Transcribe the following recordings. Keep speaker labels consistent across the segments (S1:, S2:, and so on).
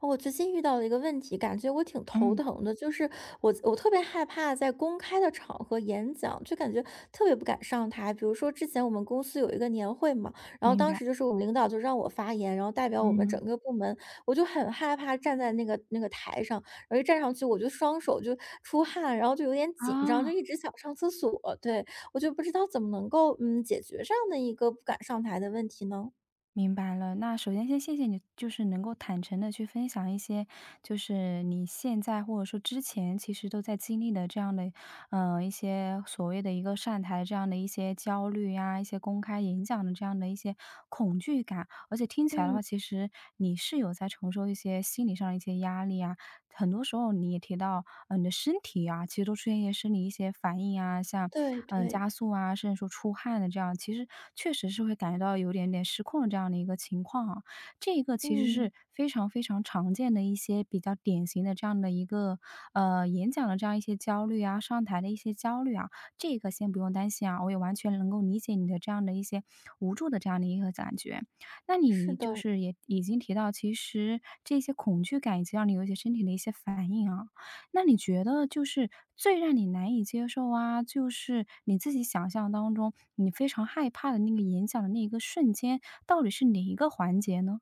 S1: 我最近遇到了一个问题，感觉我挺头
S2: 嗯，
S1: 疼的，就是我特别害怕在公开的场合演讲，就感觉特别不敢上台。比如说之前我们公司有一个年会嘛，然后
S2: 明
S1: 当
S2: 白，
S1: 时就是我们领导就让我发言，然后代表我们
S2: 嗯，
S1: 整个部门，我就很害怕站在那个台上，然后一站上去我就双手就出汗，然后就有点紧张，就
S2: 啊，
S1: 一直想上厕所。对，我就不知道怎么能够解决这样的一个不敢上台的问题呢？
S2: 明白了。那首先先谢谢你，就是能够坦诚的去分享一些，就是你现在或者说之前其实都在经历的这样的，一些所谓的一个上台这样的一些焦虑呀，一些公开演讲的这样的一些恐惧感。而且听起来的
S1: 嗯，
S2: 话，其实你是有在承受一些心理上的一些压力啊，很多时候你也提到，嗯，你的身体啊，其实都出现一些生理一些反应啊，像，
S1: 对对，
S2: 加速啊，甚至说出汗的这样，其实确实是会感觉到有点点失控的这样的一个情况啊。这个其实
S1: 嗯，
S2: 是非常非常常见的一些比较典型的这样的一个演讲的这样一些焦虑啊，上台的一些焦虑啊，这个先不用担心啊，我也完全能够理解你的这样的一些无助的这样的一个感觉。那
S1: 是
S2: 你就
S1: 的。
S2: 是也已经提到，其实这些恐惧感以及让你有一些身体的一些反应啊，那你觉得就是最让你难以接受啊，就是你自己想象当中你非常害怕的那个演讲的那一个瞬间，到底是哪一个环节呢？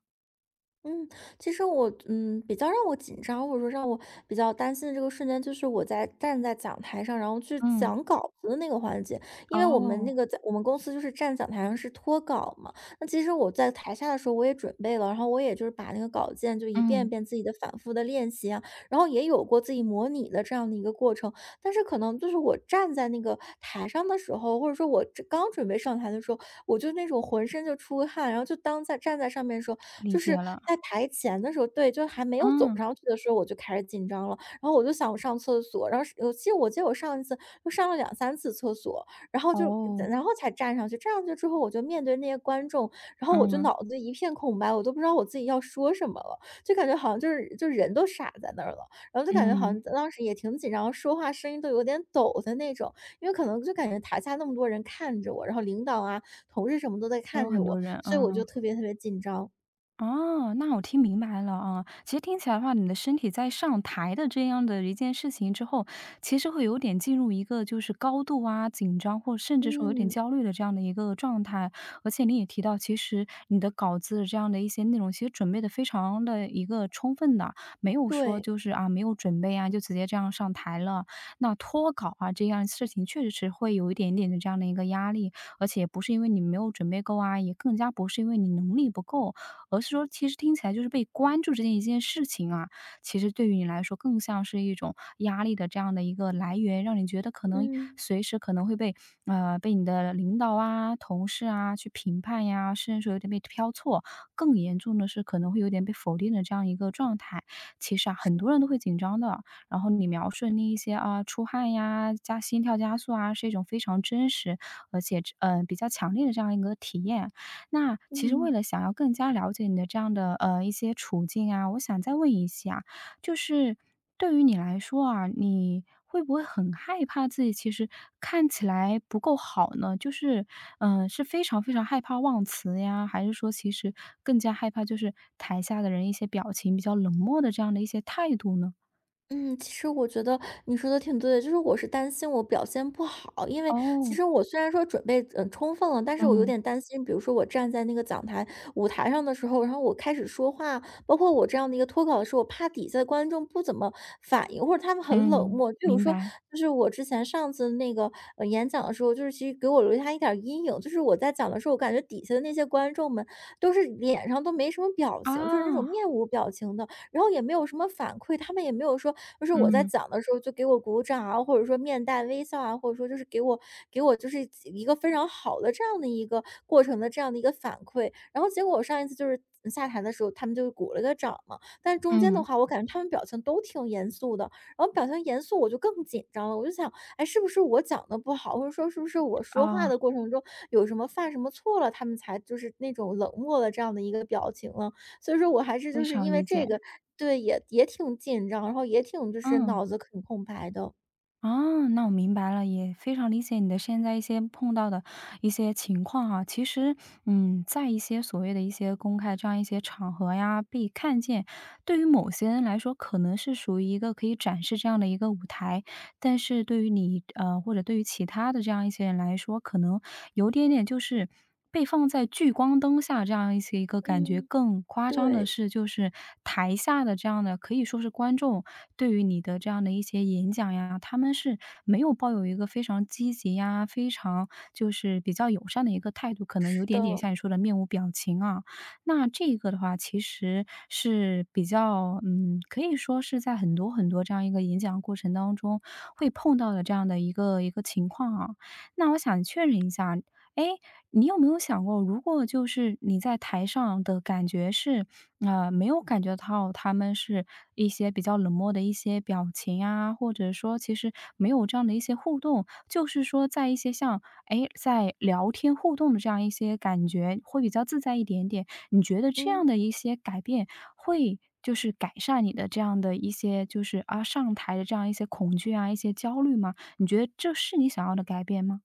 S1: 嗯，其实我比较让我紧张，或者说让我比较担心的这个瞬间，就是我在站在讲台上，然后去
S2: 嗯，
S1: 讲稿子的那个环节。因为我们
S2: 哦，
S1: 那个在我们公司就是站讲台上是脱稿嘛，那其实我在台下的时候我也准备了，然后我也就是把那个稿件就一遍
S2: 嗯，
S1: 一遍自己的反复的练习啊，然后也有过自己模拟的这样的一个过程。但是可能就是我站在那个台上的时候，或者说我这刚准备上台的时候，我就那种浑身就出汗，然后就当在站在上面的时候。
S2: 理
S1: 就是
S2: 解了，
S1: 在台前的时候对，就还没有走
S2: 嗯，
S1: 上去的时候，我就开始紧张了，然后我就想上厕所，然后是我记得我上一次就上了两三次厕所，然后就
S2: 哦，
S1: 然后才站上去，站上去之后我就面对那些观众，然后我就
S2: 嗯，
S1: 脑子一片空白，我都不知道我自己要说什么了，就感觉好像就是就人都傻在那儿了，然后就感觉好像
S2: 嗯，
S1: 当时也挺紧张，说话声音都有点抖的那种，因为可能就感觉台下那么多人看着我，然后领导啊、同事什么都在
S2: 都有
S1: 看着
S2: 很多
S1: 我，
S2: 人，
S1: 所以我就
S2: 嗯。
S1: 特别特别紧张。
S2: 哦，那我听明白了啊。其实听起来的话，你的身体在上台的这样的一件事情之后，其实会有点进入一个就是高度啊紧张，或甚至说有点
S1: 嗯，
S2: 焦虑的这样的一个状态。而且你也提到，其实你的稿子的这样的一些内容，其实准备的非常的一个充分的，没有说
S1: 对，
S2: 就是啊没有准备啊就直接这样上台了。那脱稿啊这样事情，确实是会有一点点的这样的一个压力，而且不是因为你没有准备够啊，也更加不是因为你能力不够，而是说其实听起来就是被关注这件一件事情啊，其实对于你来说更像是一种压力的这样的一个来源，让你觉得可能
S1: 嗯，
S2: 随时可能会被被你的领导啊、同事啊去评判呀，甚至说有点被挑错，更严重的是可能会有点被否定的这样一个状态。其实啊，很多人都会紧张的，然后你描述的那一些啊，出汗呀、加心跳加速啊，是一种非常真实而且比较强烈的这样一个体验。那其实为
S1: 嗯。
S2: 了想要更加了解你的这样的一些处境啊，我想再问一下，就是对于你来说啊，你会不会很害怕自己其实看起来不够好呢？就是是非常非常害怕忘词呀，还是说其实更加害怕就是台下的人一些表情比较冷漠的这样的一些态度呢？
S1: 嗯，其实我觉得你说的挺对的，就是我是担心我表现不好，因为其
S2: 哦，
S1: 实我虽然说准备充分了，但是我有
S2: 嗯
S1: 点担心，比如说我站在那个讲台舞台上的时候，然后我开始说话，包括我这样的一个脱稿的时候，我怕底下的观众不怎么反应，或者他们很冷
S2: 嗯，
S1: 漠。比如
S2: 明
S1: 说，
S2: 白
S1: 就是我之前上次那个演讲的时候，就是其实给我留下一点儿阴影，就是我在讲的时候，我感觉底下的那些观众们都是脸上都没什么表情，就是那种
S2: 啊，
S1: 面无表情的。然后也没有什么反馈，他们也没有说，就是我在
S2: 嗯
S1: 讲的时候就给我鼓掌啊，或者说面带微笑啊，或者说就是给我就是一个非常好的这样的一个过程的这样的一个反馈。然后结果我上一次就是下台的时候，他们就鼓了个掌嘛，但是中间的
S2: 嗯
S1: 话，我感觉他们表情都挺严肃的，然后表情严肃，我就更紧张了。我就想，哎，是不是我讲的不好，或者说是不是我说话
S2: 啊，
S1: 的过程中有什么犯什么错了，他们才就是那种冷漠的这样的一个表情了？所以说我还是
S2: 非
S1: 就是
S2: 常
S1: 因为
S2: 理
S1: 这
S2: 解，
S1: 个对，也挺紧张，然后也挺就是
S2: 嗯。
S1: 脑子很空白的。
S2: 啊，那我明白了，也非常理解你的现在一些碰到的一些情况啊。其实，嗯，在一些所谓的一些公开这样一些场合呀，被看见，对于某些人来说，可能是属于一个可以展示这样的一个舞台。但是对于你，或者对于其他的这样一些人来说，可能有点点就是被放在聚光灯下这样一些一个感觉。
S1: 嗯，
S2: 更夸张的
S1: 对，
S2: 是，就是台下的这样的可以说是观众对于你的这样的一些演讲呀，他们是没有抱有一个非常积极呀，非常就是比较友善的一个态度，可能有
S1: 是的，
S2: 点点像你说的面无表情啊。那这个的话其实是比较嗯，可以说是在很多很多这样一个演讲过程当中会碰到的这样的一个一个情况啊。那我想确认一下，哎，你有没有想过，如果就是你在台上的感觉是，没有感觉到他们是一些比较冷漠的一些表情啊，或者说其实没有这样的一些互动，就是说在一些像，哎，在聊天互动的这样一些感觉会比较自在一点点。你觉得这
S1: 嗯。
S2: 样的一些改变会就是改善你的这样的一些就是啊，上台的这样一些恐惧啊、一些焦虑吗？你觉得这是你想要的改变吗？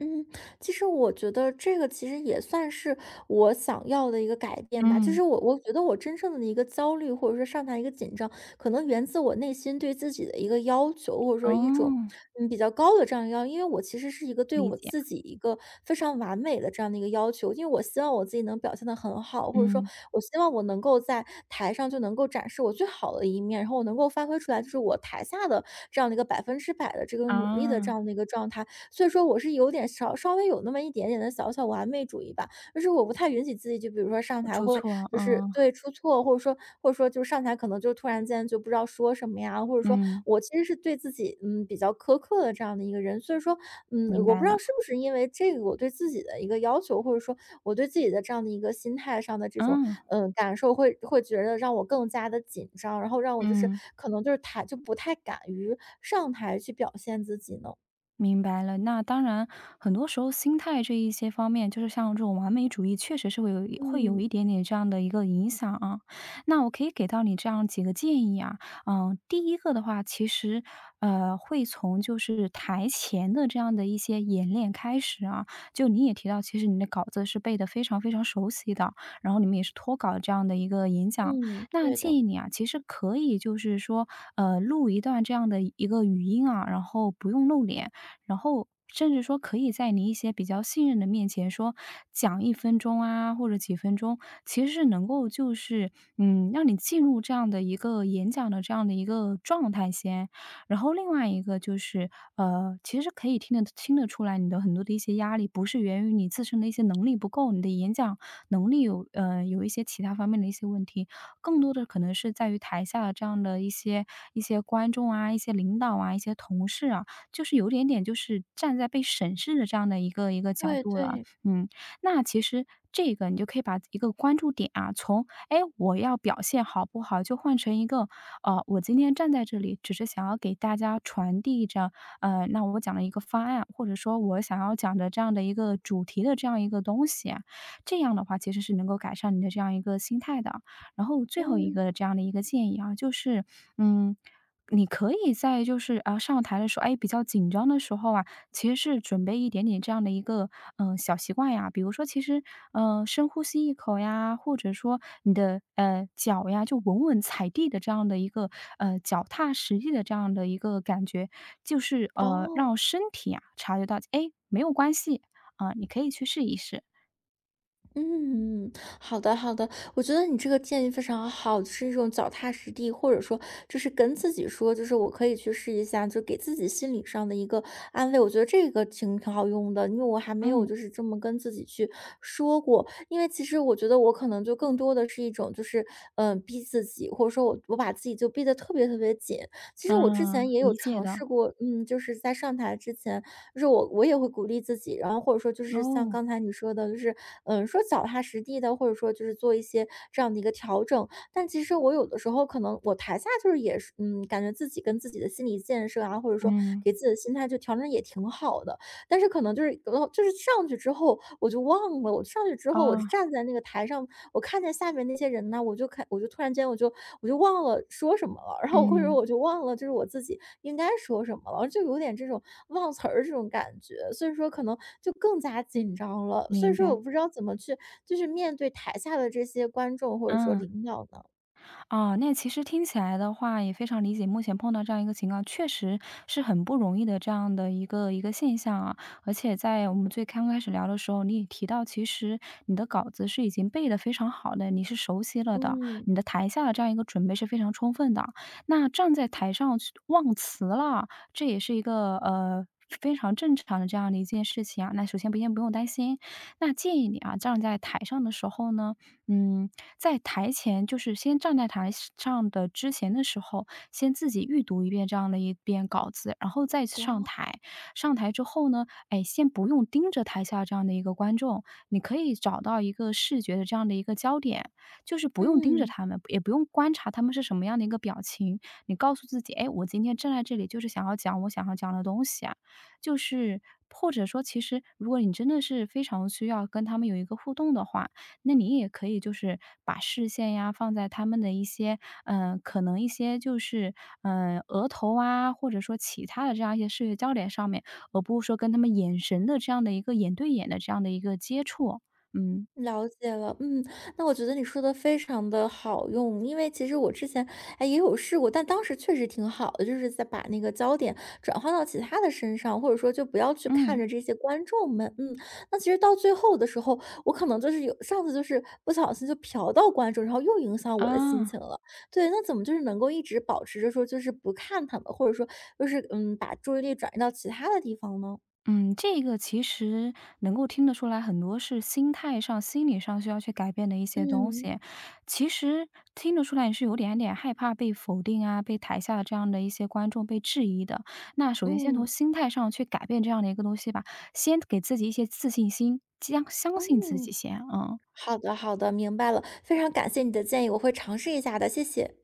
S1: 嗯，其实我觉得这个其实也算是我想要的一个改变吧，就
S2: 嗯。
S1: 是我觉得我真正的一个焦虑或者说上台一个紧张，可能源自我内心对自己的一个要求，或者
S2: 哦，
S1: 说一种比较高的这样一个要，因为我其实是一个对
S2: 理
S1: 我
S2: 解，
S1: 自己一个非常完美的这样的一个要求，因为我希望我自己能表现的很好，或者说
S2: 嗯，
S1: 我希望我能够在台上就能够展示我最好的一面，然后我能够发挥出来，就是我台下的这样的一个百分之百的这个努力的这
S2: 啊，
S1: 样的一个状态。所以说我是有点稍稍微有那么一点点的小小完美主义吧，就是我不太允许自己，就比如说上台
S2: 出
S1: 会
S2: 错，
S1: 就是
S2: 嗯，
S1: 对，出错，或者说就上台可能就突然间就不知道说什么呀，或者说
S2: 嗯，
S1: 我其实是对自己，嗯，比较苛刻的这样的一个人。所以说，
S2: 明
S1: 我
S2: 白
S1: 不知
S2: 了，
S1: 道是不是因为这个我对自己的一个要求，或者说我对自己的这样的一个心态上的这种，
S2: 嗯，
S1: 感受会觉得让我更加的紧张，然后让我就是
S2: 嗯。
S1: 可能就是台就不太敢于上台去表现自己呢。
S2: 明白了，那当然，很多时候心态这一些方面，就是像这种完美主义，确实是会有一会有
S1: 嗯。
S2: 一点点这样的一个影响啊。那我可以给到你这样几个建议啊，嗯，第一个的话，其实会从就是台前的这样的一些演练开始啊。就你也提到，其实你的稿子是背得非常非常熟悉的，然后你们也是脱稿这样的一个演讲，
S1: 嗯，
S2: 那
S1: 对
S2: 建
S1: 的，
S2: 议你啊，其实可以就是说，录一段这样的一个语音啊，然后不用露脸。然后甚至说可以在你一些比较信任的面前说讲一分钟啊，或者几分钟，其实是能够就是，嗯，让你进入这样的一个演讲的这样的一个状态先。然后另外一个就是，其实可以听得出来你的很多的一些压力不是源于你自身的一些能力不够，你的演讲能力有有一些其他方面的一些问题，更多的可能是在于台下的这样的一些一些观众啊、一些领导啊、一些同事啊，就是有点点就是站在被审视的这样的一个一个角
S1: 对
S2: 度了。
S1: 对，
S2: 嗯，那其实这个你就可以把一个关注点啊，从哎我要表现好不好，就换成一个我今天站在这里，只是想要给大家传递着那我讲了一个方案，或者说我想要讲的这样的一个主题的这样一个东西啊这样的话其实是能够改善你的这样一个心态的。然后最后一
S1: 嗯，
S2: 个这样的一个建议啊，就是嗯。你可以在就是，啊，上台的时候，哎，比较紧张的时候啊，其实是准备一点点这样的一个小习惯呀。比如说其实深呼吸一口呀，或者说你的，脚呀，就稳稳踩地的这样的一个，脚踏实地的这样的一个感觉。就是，
S1: 哦，
S2: 让身体啊察觉到，哎，没有关系，啊，你可以去试一试。
S1: 嗯，好的好的，我觉得你这个建议非常好，就是一种脚踏实地，或者说就是跟自己说，就是我可以去试一下，就给自己心理上的一个安慰。我觉得这个挺好用的，因为我还没有
S2: 嗯，
S1: 就是这么跟自己去说过，因为其实我觉得我可能就更多的是一种就是逼自己，或者说我把自己就逼得特别特别紧。其实我之前
S2: 嗯，
S1: 也有
S2: 理解
S1: 尝
S2: 的，
S1: 试过，就是在上台之前。就是我也会鼓励自己，然后或者说就是像
S2: 哦，
S1: 刚才你说的，就是说脚踏实地的，或者说就是做一些这样的一个调整。但其实我有的时候可能我台下就是也是感觉自己跟自己的心理建设啊，或者说
S2: 嗯，
S1: 给自己的心态就调整得也挺好的。但是可能就是然就是上去之后我就忘了，我上去之后我
S2: 啊
S1: 就站在那个台上，我看见下面那些人呢，我就突然间我就忘了说什么了，然后或者
S2: 嗯，
S1: 我就忘了就是我自己应该说什么了，就有点这种忘词儿这种感觉，所以说可能就更加紧张了，所以
S2: 明
S1: 说我
S2: 白，
S1: 不知道怎么去就是面对台下的这些观众或者说
S2: 嗯。
S1: 领导呢？
S2: 啊，那其实听起来的话，也非常理解目前碰到这样一个情况，确实是很不容易的这样的一个一个现象啊。而且在我们最刚开始聊的时候，你也提到，其实你的稿子是已经背得非常好的，你是熟悉了的，
S1: 嗯，
S2: 你的台下的这样一个准备是非常充分的。那站在台上去忘词了，这也是一个非常正常的这样的一件事情啊，那首先不先不用担心。那建议你啊，站在台上的时候呢，嗯，在台前就是先站在台上的之前的时候，先自己预读一遍这样的一遍稿子，然后再上
S1: 哦，
S2: 台。上台之后呢，哎，先不用盯着台下这样的一个观众，你可以找到一个视觉的这样的一个焦点，就是不用盯着
S1: 嗯。
S2: 他们，也不用观察他们是什么样的一个表情。你告诉自己，哎，我今天站在这里就是想要讲我想要讲的东西啊，就是或者说，其实如果你真的是非常需要跟他们有一个互动的话，那你也可以就是把视线呀放在他们的一些，嗯，可能一些就是，嗯，额头啊，或者说其他的这样一些视觉焦点上面，而不是说跟他们眼神的这样的一个眼对眼的这样的一个接触。嗯，
S1: 了解了，嗯，那我觉得你说的非常的好用，因为其实我之前哎也有试过，但当时确实挺好的，就是在把那个焦点转换到其他的身上，或者说就不要去看
S2: 嗯，
S1: 着这些观众们，那其实到最后的时候，我可能就是有上次就是不小心就瞟到观众，然后又影响我的心
S2: 啊。
S1: 情了。对，那怎么就是能够一直保持着说就是不看他们，或者说就是把注意力转移到其他的地方呢？
S2: 嗯，这个其实能够听得出来，很多是心态上、心理上需要去改变的一些东
S1: 嗯
S2: 西。其实听得出来，你是有点点害怕被否定啊，被台下这样的一些观众被质疑的。那首先先从
S1: 嗯
S2: 心态上去改变这样的一个东西吧，先给自己一些自信心，将相信自
S1: 嗯。
S2: 己先，嗯。
S1: 好的，好的，明白了，非常感谢你的建议，我会尝试一下的，谢谢。